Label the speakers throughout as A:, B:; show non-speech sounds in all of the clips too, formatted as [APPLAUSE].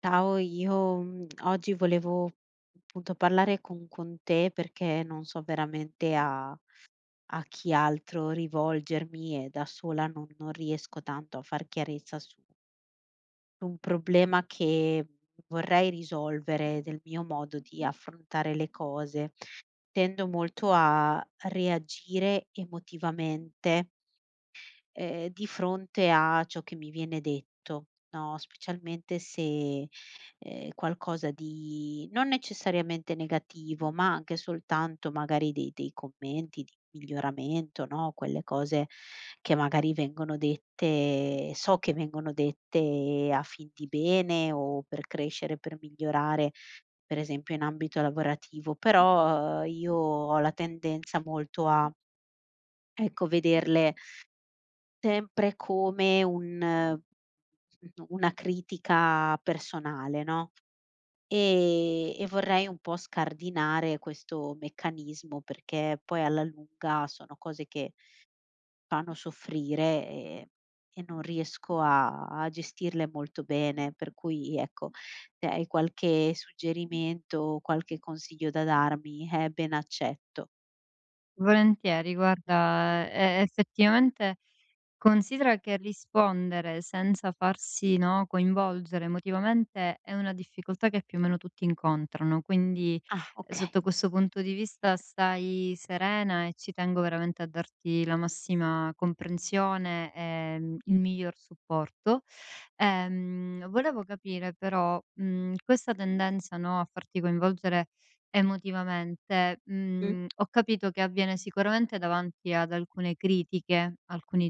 A: Ciao, io oggi volevo appunto parlare con te perché non so veramente a chi altro rivolgermi e da sola non riesco tanto a far chiarezza su su un problema che vorrei risolvere del mio modo di affrontare le cose. Tendo molto a reagire emotivamente di fronte a ciò che mi viene detto, no, specialmente se, qualcosa di non necessariamente negativo, ma anche soltanto magari dei commenti di miglioramento, no, quelle cose che magari vengono dette so che vengono dette a fin di bene o per crescere, per migliorare, per esempio in ambito lavorativo, però io ho la tendenza molto a, ecco, vederle sempre come un una critica personale, no, e vorrei un po' scardinare questo meccanismo, perché poi alla lunga sono cose che fanno soffrire, e non riesco a gestirle molto bene. Per cui ecco, se hai qualche suggerimento, qualche consiglio da darmi, ben accetto.
B: Volentieri, guarda, e effettivamente considera che rispondere senza farsi, no, coinvolgere emotivamente è una difficoltà che più o meno tutti incontrano, quindi
A: Ah, okay.
B: sotto questo punto di vista stai serena e ci tengo veramente a darti la massima comprensione e il miglior supporto. Volevo capire però, questa tendenza, no, a farti coinvolgere emotivamente.
A: Mh.
B: Mhmm, ho capito che avviene sicuramente davanti ad alcune critiche, alcuni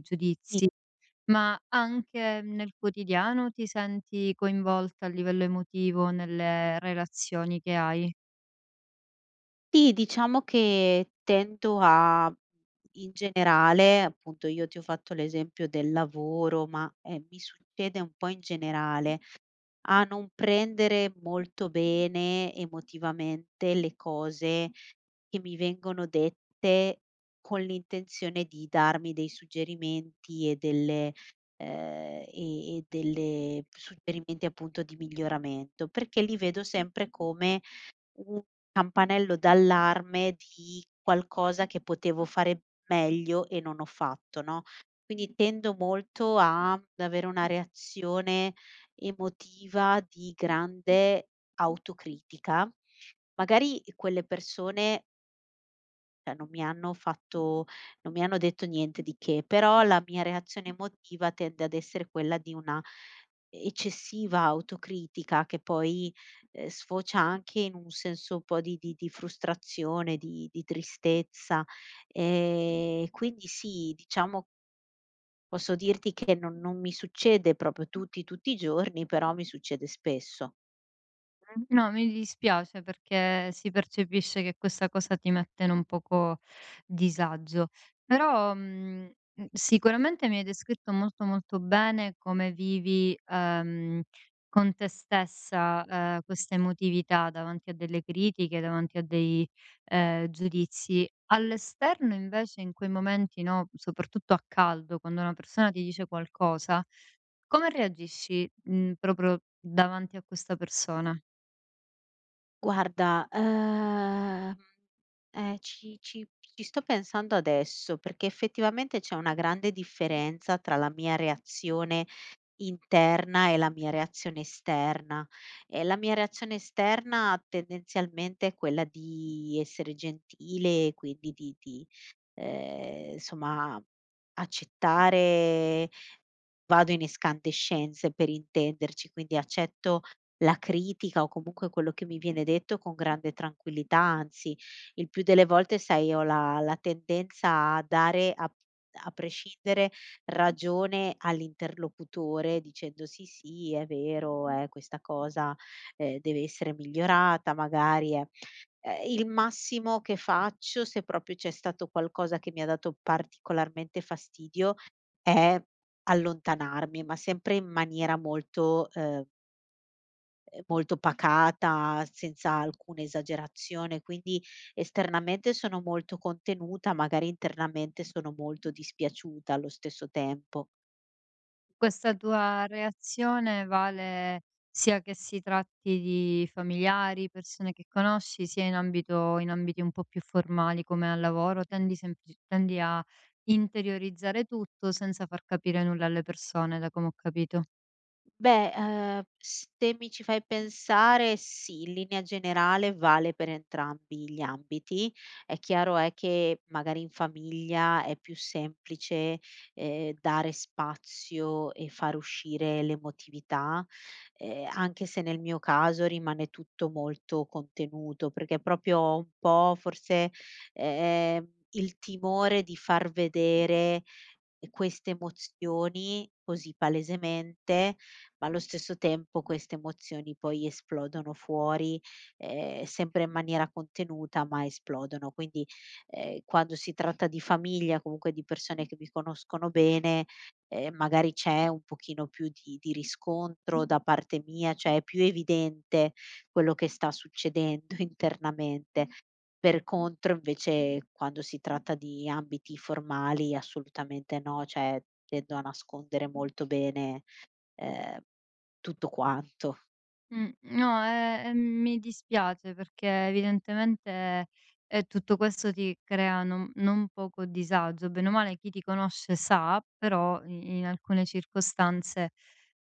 A: Sì.
B: giudizi, ma anche nel quotidiano ti senti coinvolta a livello emotivo nelle relazioni che hai?
A: Sì, diciamo che tendo a in generale, appunto io ti ho fatto l'esempio del lavoro, ma, mi succede un po' in generale, a non prendere molto bene emotivamente le cose che mi vengono dette con l'intenzione di darmi dei suggerimenti e delle e delle suggerimenti appunto di miglioramento, perché li vedo sempre come un campanello d'allarme di qualcosa che potevo fare meglio e non ho fatto, no, quindi tendo molto a ad avere una reazione emotiva di grande autocritica. Magari quelle persone, cioè non mi hanno fatto non mi hanno detto niente di che, però la mia reazione emotiva tende ad essere quella di una eccessiva autocritica che poi, sfocia anche in un senso un po' di frustrazione, di tristezza. Quindi sì, diciamo posso dirti che non mi succede proprio tutti i giorni, però mi succede spesso.
B: No, mi dispiace perché si percepisce che questa cosa ti mette in un poco disagio. Però, sicuramente mi hai descritto molto, molto bene come vivi, con te stessa, questa emotività davanti a delle critiche, davanti a dei giudizi. All'esterno invece in quei momenti, no, soprattutto a caldo, quando una persona ti dice qualcosa, come reagisci, proprio davanti a questa persona?
A: Guarda, eh, ci ci ci sto pensando adesso, perché effettivamente c'è una grande differenza tra la mia reazione interna e la mia reazione esterna. La mia reazione esterna tendenzialmente è quella di essere gentile e quindi di, somma accettare vado in escandescenze per intenderci, quindi accetto la critica o comunque quello che mi viene detto con grande tranquillità, anzi il più delle volte sai ho la tendenza a dare a a prescindere ragione all'interlocutore dicendo: "Sì, sì, è vero, questa cosa, deve essere migliorata, magari è" il massimo che faccio, se proprio c'è stato qualcosa che mi ha dato particolarmente fastidio, è allontanarmi, ma sempre in maniera molto pacata, senza alcuna esagerazione. Quindi esternamente sono molto contenuta, magari internamente sono molto dispiaciuta allo stesso tempo.
B: Questa tua reazione vale sia che si tratti di familiari, persone che conosci, sia in ambiti un po' più formali come al lavoro, tendi a interiorizzare tutto senza far capire nulla alle persone, da come ho capito.
A: Beh, se mi ci fai pensare, sì, in linea generale vale per entrambi gli ambiti. È chiaro è che magari in famiglia è più semplice, dare spazio e far uscire l'emotività, anche se nel mio caso rimane tutto molto contenuto, perché proprio ho un po' forse, il timore di far vedere e queste emozioni così palesemente, ma allo stesso tempo queste emozioni poi esplodono fuori, sempre in maniera contenuta, ma esplodono. Quindi, quando si tratta di famiglia, comunque di persone che mi conoscono bene, magari c'è un pochino più di riscontro da parte mia, cioè è più evidente quello che sta succedendo [LAUGHS] internamente. Per contro invece quando si tratta di ambiti formali assolutamente no, cioè tendo a nascondere molto bene, ehm, tutto quanto.
B: Mh, no, mi dispiace perché evidentemente, tutto questo ti crea non poco disagio. Bene o male chi ti conosce sa, però i in alcune circostanze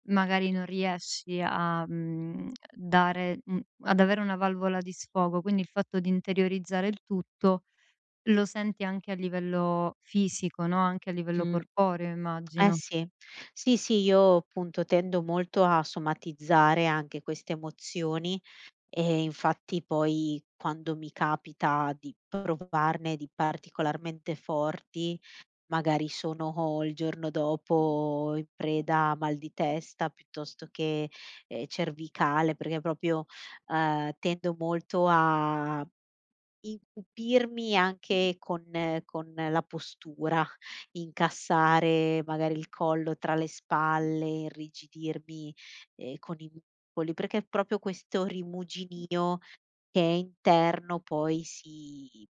B: magari non riesci a, dare ad avere una valvola di sfogo, quindi il fatto di interiorizzare il tutto lo senti anche a livello fisico, no, anche a livello
A: Mh.
B: corporeo
A: Eh
B: immagino.
A: sì. Sì, sì, io appunto tendo molto a somatizzare anche queste emozioni e infatti poi quando mi capita di provarne di particolarmente forti, magari sono il giorno dopo in preda a mal di testa piuttosto che, cervicale, perché proprio, tendo molto a incupirmi anche con la postura, incassare magari il collo tra le spalle, irrigidirmi, con i muscoli, perché proprio questo rimuginio che è interno poi si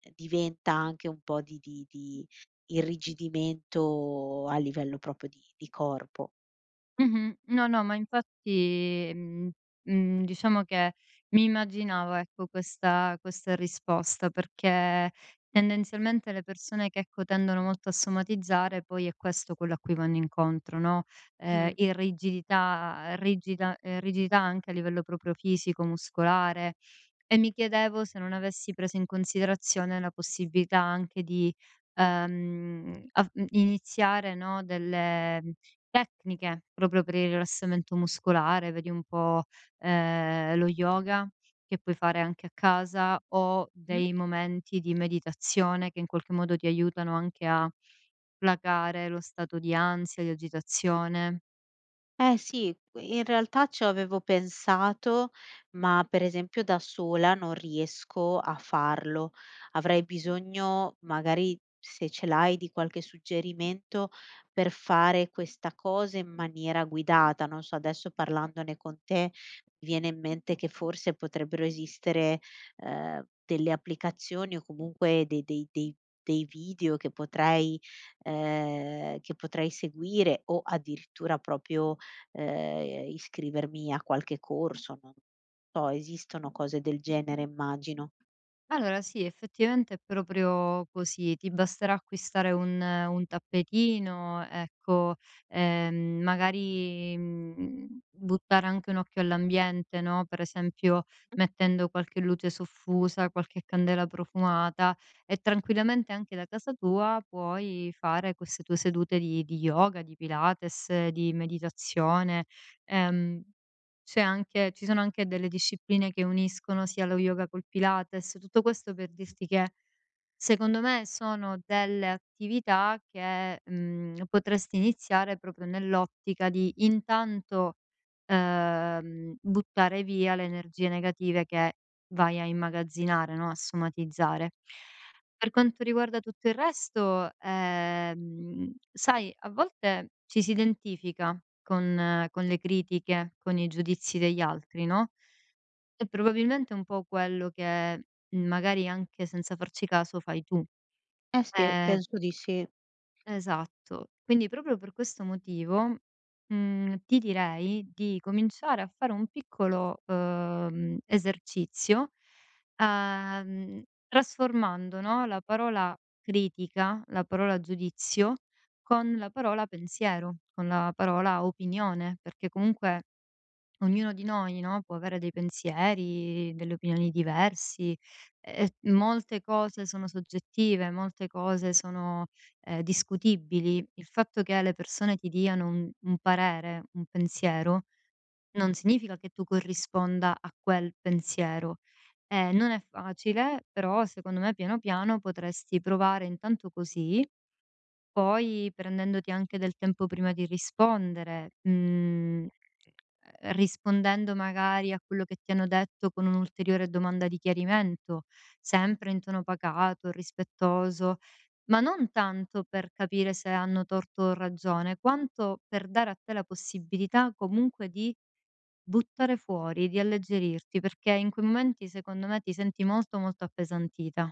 A: diventa anche un po' di irrigidimento a livello proprio di corpo.
B: Mh-mh. No, no, ma infatti, diciamo che mi immaginavo, ecco, questa risposta, perché tendenzialmente le persone che, ecco, tendono molto a somatizzare poi è questo quello a cui vanno incontro, no,
A: Mh,
B: irrigidità rigida rigidità anche a livello proprio fisico, muscolare e mi chiedevo se non avessi preso in considerazione la possibilità anche di, iniziare, no, delle tecniche, proprio per il rilassamento muscolare, vedi un po', lo yoga che puoi fare anche a casa o
A: mh.
B: dei momenti di meditazione che in qualche modo ti aiutano anche a placare lo stato di ansia, di agitazione.
A: Eh sì, in realtà ci avevo pensato, ma per esempio da sola non riesco a farlo. Avrei bisogno, magari se ce l'hai, di qualche suggerimento per fare questa cosa in maniera guidata. Non so, adesso parlandone con te, mi viene in mente che forse potrebbero esistere delle applicazioni o comunque dei video che potrei, che potrei seguire o addirittura proprio iscrivermi a qualche corso, non so, esistono cose del genere immagino.
B: Allora sì, effettivamente è proprio così. Ti basterà acquistare un tappetino, ecco, magari, buttare anche un occhio all'ambiente, no, per esempio mettendo qualche luce soffusa, qualche candela profumata e tranquillamente anche da casa tua puoi fare queste tue sedute di yoga, di Pilates, di meditazione, ehm c'è anche ci sono anche delle discipline che uniscono sia lo yoga col Pilates, tutto questo per dirti che, secondo me, sono delle attività che, potresti iniziare proprio nell'ottica di intanto, buttare via le energie negative che vai a immagazzinare, no, a somatizzare. Per quanto riguarda tutto il resto, sai, a volte ci si identifica con le critiche, con i giudizi degli altri, no, e probabilmente è un po' quello che, magari anche senza farci caso fai tu.
A: Eh sì.
B: Ehm
A: Penso di sì.
B: Esatto. Quindi proprio per questo motivo, ti direi di cominciare a fare un piccolo, esercizio, ehm, trasformando, no, la parola critica, la parola giudizio, con la parola pensiero, con la parola opinione, perché comunque ognuno di noi, no, può avere dei pensieri, delle opinioni diversi, e molte cose sono soggettive, molte cose sono, discutibili. Il fatto che le persone ti diano un parere, un pensiero, non significa che tu corrisponda a quel pensiero. Non è facile, però secondo me piano piano potresti provare intanto così, poi prendendoti anche del tempo prima di rispondere, mhmm rispondendo magari a quello che ti hanno detto con un'ulteriore domanda di chiarimento, sempre in tono pacato, rispettoso, ma non tanto per capire se hanno torto o ragione, quanto per dare a te la possibilità comunque di buttare fuori, di alleggerirti, perché in quei momenti secondo me ti senti molto, molto appesantita.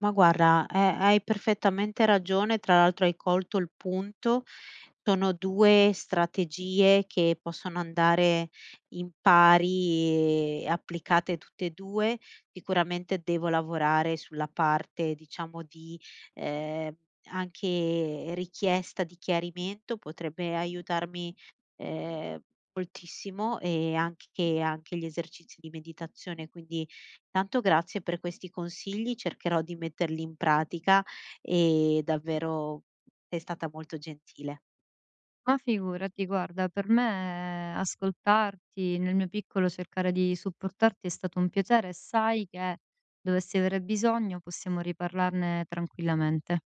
A: Ma guarda, hai perfettamente ragione, tra l'altro hai colto il punto. Sono 2 strategie che possono andare in pari e applicate tutte e 2. Sicuramente devo lavorare sulla parte, diciamo, di, ehm, anche richiesta di chiarimento, potrebbe aiutarmi, ehm, moltissimo e anche gli esercizi di meditazione, quindi tanto grazie per questi consigli, cercherò di metterli in pratica e davvero sei stata molto gentile.
B: Ma figurati, guarda, per me ascoltarti, nel mio piccolo cercare di supportarti è stato un piacere e sai che dovessi avere bisogno possiamo riparlarne tranquillamente.